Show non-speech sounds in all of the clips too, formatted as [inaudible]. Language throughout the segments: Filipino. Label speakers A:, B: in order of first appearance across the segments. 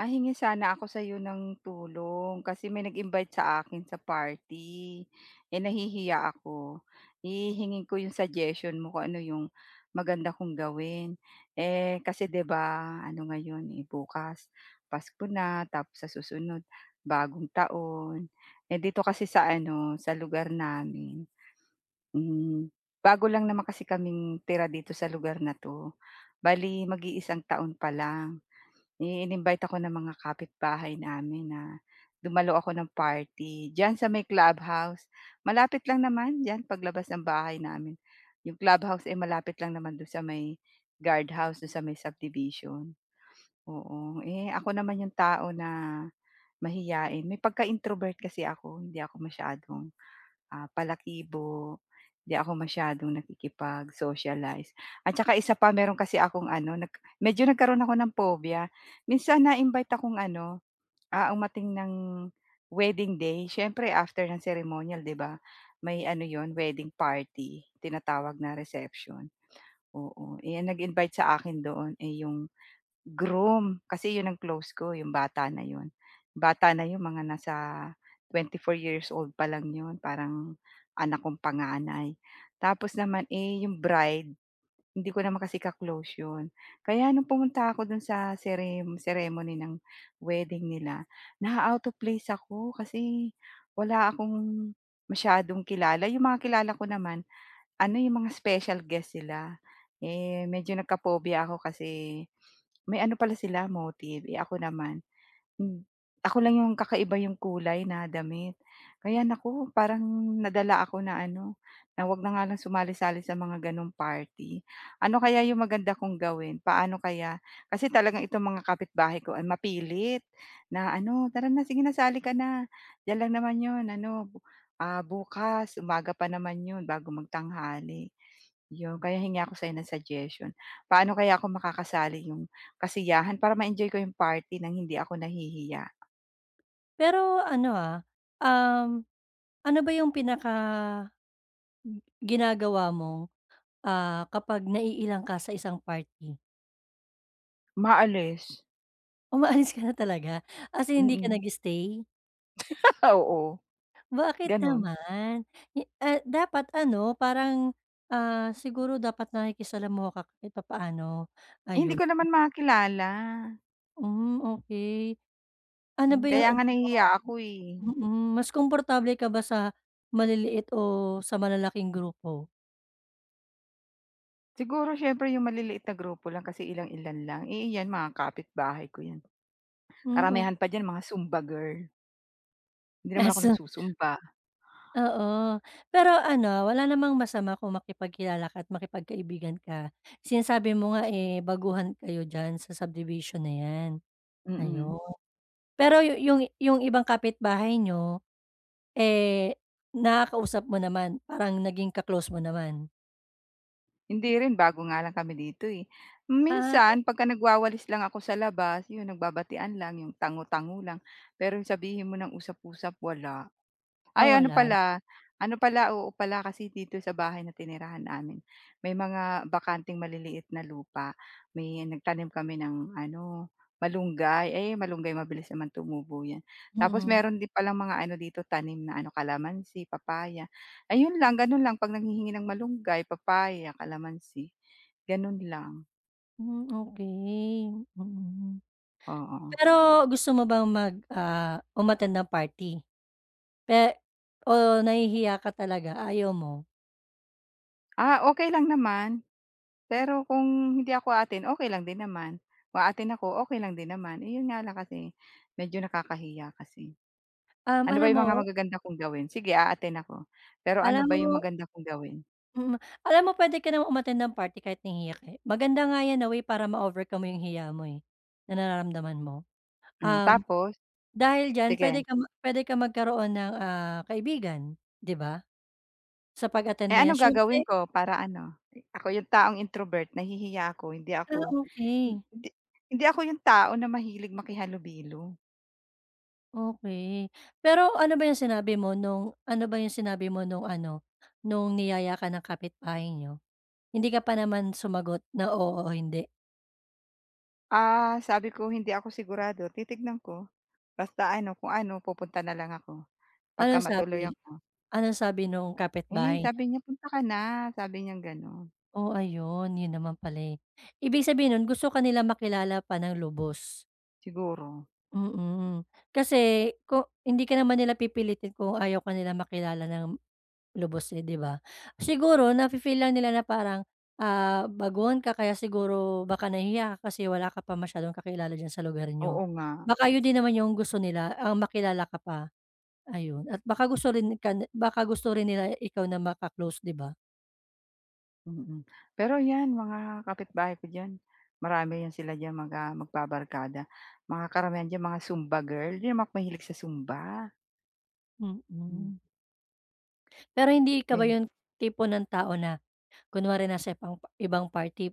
A: Ah, hingi sana ako sa'yo ng tulong kasi may nag-invite sa akin sa party. Eh, nahihiya ako. Hihingin ko yung suggestion mo kung ano yung maganda kong gawin. Eh, kasi 'di ba ano ngayon, eh, bukas Pasko na, tapos sa susunod bagong taon. Eh, dito kasi sa ano, sa lugar namin, hmm, bago lang naman kasi kaming tira dito sa lugar na 'to. Bale, mag-iisang taon pa lang. I-in-invite ako ng mga kapitbahay namin na dumalo ako ng party diyan sa may clubhouse. Malapit lang naman diyan paglabas ng bahay namin. Yung clubhouse, eh, malapit lang naman do'n sa may guardhouse, do'n sa may subdivision, oo. Eh, ako naman yung tao na mahiyain, may pagka-introvert kasi ako, hindi ako masyadong ah, palakibo, di ako masyadong nakikipag-socialize. At saka isa pa meron kasi akong ano medyo nagkaroon ako ng phobia. Minsan na-invite akong ano, ah, umating ng wedding day, siyempre after ng ceremonial 'di ba, may ano yon wedding party, tinatawag na reception, oo. Eh, ang nag-invite sa akin doon, eh, yung Groom, kasi 'yun ang close ko, yung bata na 'yun. Bata na 'yun, mga nasa 24 years old pa lang 'yun, parang anak kong panganay. Tapos naman, eh, yung bride, hindi ko naman kasi ka-close 'yun. Kaya nung pumunta ako dun sa ceremony ng wedding nila, na-out of place ako kasi wala akong masyadong kilala. Yung mga kilala ko naman ano yung mga special guest sila, eh, medyo nagka-phobia ako kasi may ano pala sila motive, eh, ako naman Hmm. Ako lang yung kakaiba yung kulay na damit. Kaya naku, parang nadala ako na ano, na 'wag na nga lang sumali-sali sa mga gano'ng party. Ano kaya yung maganda kong gawin, paano kaya? Kasi talagang itong mga kapitbahay ko ay mapilit na ano, "Tara na, sige na sali ka na. Diyan lang naman 'yun ano, bukas umaga pa naman 'yun bago magtanghali." Yun, kaya hingi ako sa'yo ng suggestion. Paano kaya ako makakasali yung kasiyahan para ma-enjoy ko yung party ng hindi ako nahihiya?
B: Pero ano, um, ano ba yung pinaka g- ginagawa mo, kapag naiilang ka sa isang party? [laughs]
A: Umaalis,
B: Umaalis ka na talaga? As in hindi ka
A: mm.
B: nag-stay?
A: [laughs] Oo,
B: Bakit
A: gano'n.
B: naman? Dapat ano, parang, siguro dapat nakikisalamuha ka kahit papaano,
A: Eh, hindi
B: ayun.
A: ko naman makilala,
B: Hmm, okey. Ano ba yung
A: kaya nga
B: ano mo?
A: nahihiya ako, eh.
B: Mas komportable ka ba sa maliliit o sa malalaking grupo?
A: Siguro siyempre yung maliliit na grupo lang kasi ilang-ilan lang, eh, yan mga kapitbahay ko yan.
B: Hmm. O
A: Karamihan pa diyan mga Zumba girl, hindi naman ako
B: [laughs]
A: nagsusumba,
B: Oo, pero ano, wala namang masama kung makipagkilala ka at makipagkaibigan ka. Sinasabi mo nga, eh, baguhan kayo diyan sa subdivision na 'yan,
A: mm.
B: ayun. Pero yu yung ibang kapitbahay niyo, eh, nakakausap mo naman, parang naging ka mo naman?
A: Hindi rin, bago nga lang kami dito, eh.
B: Ah,
A: Minsan pagka nagwawalis lang ako sa labas, yun nagbabatian lang, yung tango-tango lang. Pero yung sabihin mo ng usap-usap, wala.
B: ah,
A: Ay
B: wala?
A: ano pala, oo pala kasi dito sa bahay na tinirahan namin, may mga bakanting maliliit na lupa. May nagtanim kami ng ano, malunggay. Eh, malunggay mabilis naman tumubo 'yan.
B: Mm-mm.
A: Tapos
B: Mm.
A: meron din palang mga ano dito tanim na ano, kalamansi, papaya. Ayun lang, gano'n lang 'pag nanghihingi ng malunggay, papaya, kalamansi, gano'n lang,
B: Hmm, okey, mm.
A: oo.
B: Pero gusto mo bang umattend ng party? Pe O nahihiya ka talaga, ayaw mo?
A: Ah, okay lang naman. Pero kung hindi ako aatin, okey lang din naman. Kung aatin ako, okey lang din naman. Eh, yun nga lang kasi medyo nakakahiya kasi.
B: Um,
A: Ano ba
B: alam
A: yung
B: mo
A: mga magaganda kong gawin? Sige, aatin ako. Pero ano
B: Alam
A: ba yung
B: mo
A: maganda kong gawin?
B: mm, alam mo puwede ka namang umattend ng party kahit nahihiya ka, eh. Maganda nga 'yan na way para ma-overcome mo 'yung hiya mo, eh, na nararamdaman mo.
A: Hmm,
B: Um,
A: tapos
B: Dahil diyan
A: sige,
B: puwede ka magkaroon ng, kaibigan, 'di ba? Sa pag-attend
A: eh,
B: na 'yan
A: anong gagawin
B: siyempre.
A: ko para ano, ako yung taong introvert, nahihiya ako
B: Okey.
A: hindi hindi ako yung tao na mahilig makihalubilo.
B: Okey. Pero ano ba 'yung sinabi mo nung ano, nung niyaya ka ng kapitbahay niyo? Hindi ka pa naman sumagot na oo o hindi.
A: Ah, sabi ko hindi ako sigurado, titignan ko. Basta ano, kung ano, pupunta na lang ako pagka
B: Anong sabi
A: matuloy ako.
B: anong sabi nung
A: Eh,
B: kapitbahay?
A: sabi niya, "Punta ka na." Sabi niyang gano'n,
B: Oh, ayun. Yun naman pala, eh. Ibig sabihin nun gusto ka nila makilala pa ng lubos?
A: siguro.
B: Mm. Kasi kung hindi ka naman nila pipilitin kung ayaw ka nila makilala ng lubos, eh, 'di ba? Siguro nafi-feel lang nila na parang, baguhan ka kaya siguro baka nahihiya ka kasi wala ka pa masyadong kakilala diyan sa lugar niyo.
A: Oo nga,
B: Baka yun din naman yung gusto nila, ang makilala ka pa, ayun. At baka gusto rin nila ikaw na makaklose, 'di ba?
A: mm. Pero 'yan mga kapitbahay ko diyan, marami 'yan sila diyan mga magbabarkada. Mga karamihan diyan mga Zumba girl, 'di naman ako mahilig sa Zumba, hmm,
B: Mm. Pero hindi ka ba
A: eh.
B: yung tipo ng tao na kunwari nasa ibang party,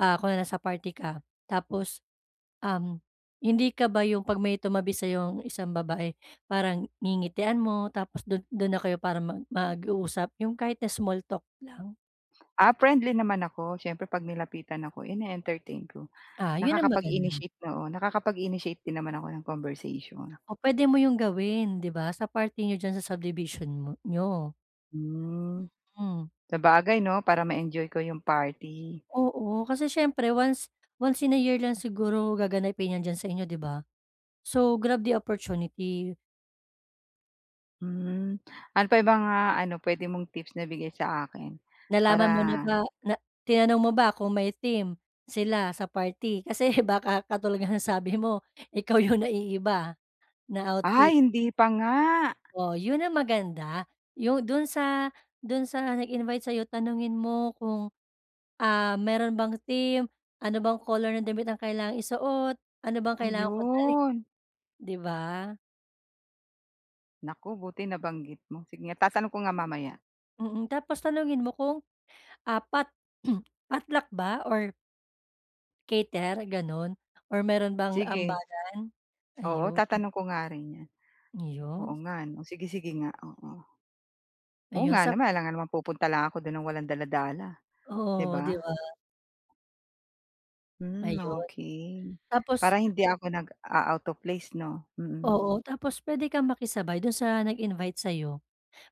B: kunwari nasa party ka tapos, um, hindi ka ba yung 'pag may tumabi sa yung isang babae, parang ngingitian mo tapos dun dun na kayo para mag-uusap yung kahit na small talk lang?
A: Ah, friendly naman ako, siyempre 'pag nilapitan ako ine-entertain ko.
B: Ah, yun ang maganda.
A: Nakakapag-initiate oo, nakakapag-initiate din naman ako ng conversation.
B: O puwede mo yung gawin, 'di ba, sa party niyo diyan sa subdivision mo niyo.
A: Hmm,
B: Hmm,
A: sabagay 'no, para ma-enjoy ko yung party.
B: oo, kasi siyempre once once in a year lang siguro gaganapin yan diyan sa inyo, 'di ba? So, grab the opportunity.
A: Hmm, ano pa yung mga ano puwede mong tips na bigay sa akin? Para
B: Nalaman mo na ba na Tinanong mo ba kung may team sila sa party? [laughs] Kasi baka katulad nga ng sabi mo, ikaw yung naiiba na
A: ay
B: outfit.
A: hindi pa nga,
B: Oh, yun ang maganda, yung dun sa nag-invite sa'yo tanungin mo kung, meron bang team, ano bang color ng damit ang kailangang isuot, ano bang kailangan ko dalhin,
A: ayun.
B: 'di ba?
A: Naku, buti nabanggit mo, sige nga tatanong ko nga mamaya.
B: Mm, tapos tanungin mo kung apat [clears throat] pat ba or cater, gano'n, or meron bang
A: Sige,
B: ambagan?
A: oo
B: Ayun.
A: tatanong ko nga rin 'yan. Oo
B: Ayun,
A: nga 'no, sige, sige nga, oo. Oo
B: ayun
A: nga
B: sa
A: naman, alangan naman pupunta lang ako do'n ng walang dala-dala, 'di
B: oo,
A: ba?
B: 'di ba?
A: Hmm,
B: Ayun,
A: okay.
B: tapos,
A: Para hindi ako nag out of place 'no? Mm,
B: oo, tapos puwede kang makisabay do'n sa nag-invite sa'yo,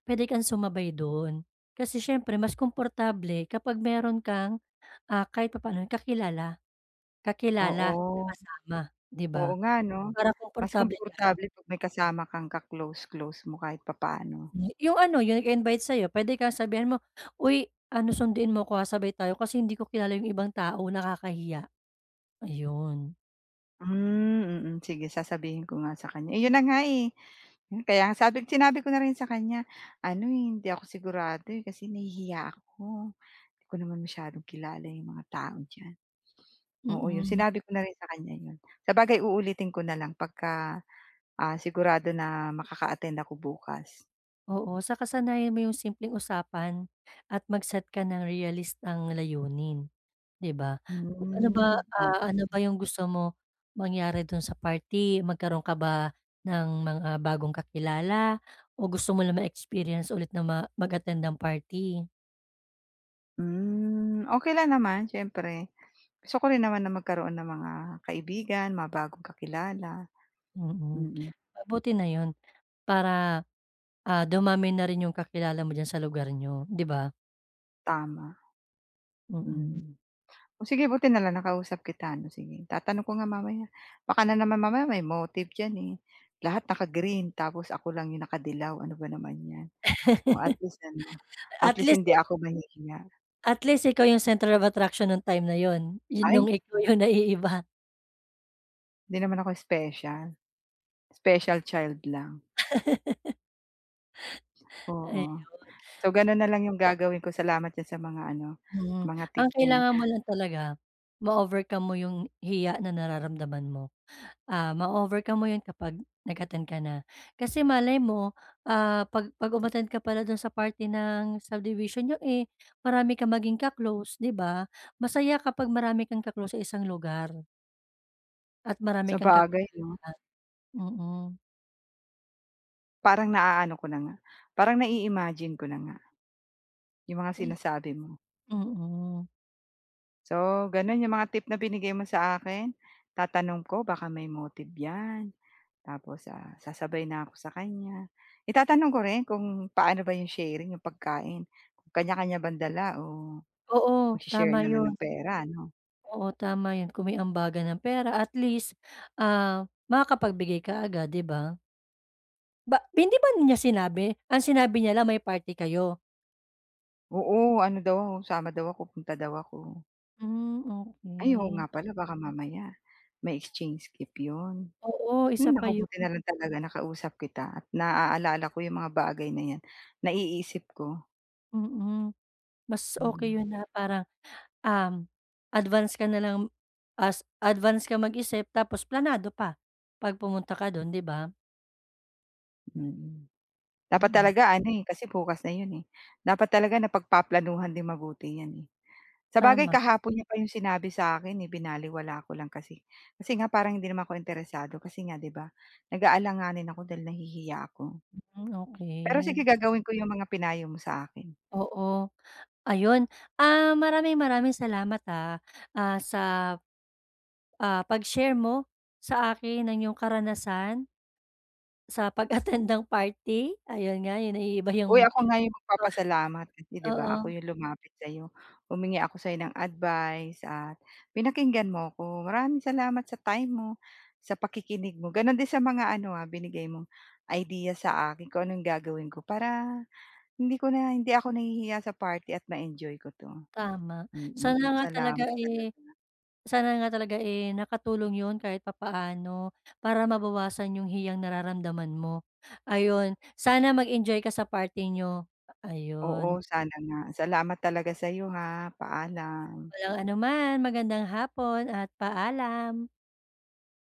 B: puwede kang sumabay do'n. Kasi siyempre mas komportable kapag meron kang, kahit papaano kakilala kakilala na
A: oo.
B: kasama, 'di
A: Oo
B: ba?
A: nga 'no,
B: Para
A: mas
B: komportable ka.
A: komportable 'pag may kasama kang ka-close-close mo kahit papaano.
B: Yung ano, yung nag-invite sa'yo puwede kang sabihan mo, "Uy, ano, sunduin mo ako ha, sabay tayo kasi hindi ko kilala yung ibang tao, nakakahiya." Ayun,
A: Sige sasabihin ko nga sa kanya, eh, 'yun na nga, eh, kaya nga sinabi ko na rin sa kanya, ano, eh, hindi ako sigurado, eh, kasi nahihiya ako, hindi ko naman masyadong kilala yung mga tao diyan. Oo, 'yun
B: mm.
A: sinabi ko na rin sa kanya 'yun. Sabagay uulitin ko na lang pagka, ah, sigurado na makaka-attend ako bukas.
B: Oo, sa sanayan mo yung simpleng usapan at mag-set ka ng realistang layunin, 'di ba? Ano ba,
A: Hmm, oo.
B: ah, ano ba yung gusto mo mangyari dun sa party? Magkaroon ka ba ng mga bagong kakilala o gusto mo lang ma-experience ulit na mag-attend ng party?
A: Okey lang naman siyempre. Gusto ko rin naman na magkaroon ng mga kaibigan, mga bagong kakilala.
B: Mm.
A: Mm,
B: Mabuti na yon para, dumami na rin yung kakilala mo diyan sa lugar nyo, 'di ba?
A: tama,
B: Mm.
A: mm. O sige buti nalang nakausap kita 'no, sige tatanong ko nga mamaya. Baka na naman mamaya may motive diyan, eh. Lahat naka-green tapos ako lang yung nakadilaw, ano ba naman 'yan. Oh, at least ano, at
B: At
A: least
B: least
A: hindi ako mahihiya.
B: at least ikaw yung center of attraction nung time na yon, yun
A: Ay,
B: nung ikaw yung naiiba.
A: hindi naman ako special, special child lang,
B: Eh,
A: oo. So, gano'n na lang yung gagawin ko. Salamat diyan sa mga ano,
B: mm.
A: mga
B: Ang
A: tip na 'yan.
B: kailangan mo lang talaga, ma-overcome mo yung hiya na nararamdaman mo. Ma-overcome mo yun kapag nag-attend ka na. Kasi malay mo, 'pag umattend ka pala dun sa party ng subdivision niyo, eh, marami ka maging ka-close, 'di ba? Masaya kapag marami kang ka-close sa isang lugar at marami kang
A: Sabagay 'no,
B: kakilala. Mm.
A: parang naaano ko na nga, parang nai-imagine ko na nga yung mga sinasabi mo.
B: Mm.
A: So, gano'n yung mga tip na binigay mo sa akin, tatanong ko baka may motive 'yan, tapos, ah, sasabay na ako sa kanya. Itatanong ko rin kung paano ba yung sharing, yung pagkain, kung kanya-kanya bang dala o
B: Oo,
A: magshi-share
B: tama
A: na lang
B: yun.
A: ng pera ano?
B: Oo, tama 'yun kung may ambagan ng pera at least, makakapagbigay ka agad, 'di ba? Hindi ba niya sinabi? Ang sinabi niya lang may party kayo?
A: Oo, ano daw, sama daw ako, punta daw ako.
B: Hmm,
A: Ay, oo
B: okay.
A: nga pala baka mamaya may exchange gift 'yun.
B: Oo, isa
A: Hmm,
B: pa
A: naku
B: 'yun,
A: buti na lang talaga nakausap kita at naaalala ko yung mga bagay na yan, naiisip ko.
B: mm. Mas okay
A: Mm,
B: 'yun na parang, um, advance ka na lang as advance ka mag-isip tapos planado pa 'pag pumunta ka do'n, 'di ba?
A: mm. Dapat
B: Mm,
A: talaga ano, eh, kasi bukas na yun, eh. Dapat talaga napagpaplanuhan din mabuti yan, eh. Sabagay
B: tama,
A: kahapon niya pa yung sinabi sa akin eh, binaliwala ko lang kasi. Kasi nga parang hindi naman ako interesado kasi nga 'di ba, nag-aalanganin ako dahil nahihiya ako.
B: hmm,
A: Pero sige
B: okey.
A: gagawin ko yung mga pinayo mo sa akin.
B: Oo, ayun, maraming maraming salamat, sa pag-share mo sa akin ng iyong karanasan sa pag-attend ng party. Ayun nga, yun ay iba yung
A: Uy, ako nga yung magpapasalamat kasi 'di ba
B: oo,
A: ako yung lumapit sa'yo, humingi ako sa'yo ng advice at pinakinggan mo ako. Maraming salamat sa time mo, sa pakikinig mo. Gano'n din sa mga ano, ah, binigay mong idea sa akin kung anong gagawin ko para hindi ko na hindi ako nahihiya sa party at ma-enjoy ko 'to.
B: tama. Sana
A: Mm,
B: nga talaga,
A: salamat
B: eh
A: talaga.
B: Sana nga talaga, eh, nakatulong yun kahit papaano para mabawasan yung hiyang nararamdaman mo. Ayun, sana mag-enjoy ka sa party niyo.
A: Oo,
B: Ayun,
A: sana nga. Salamat talaga sa'yo, ha. Paalam.
B: walang anuman. Magandang hapon at paalam.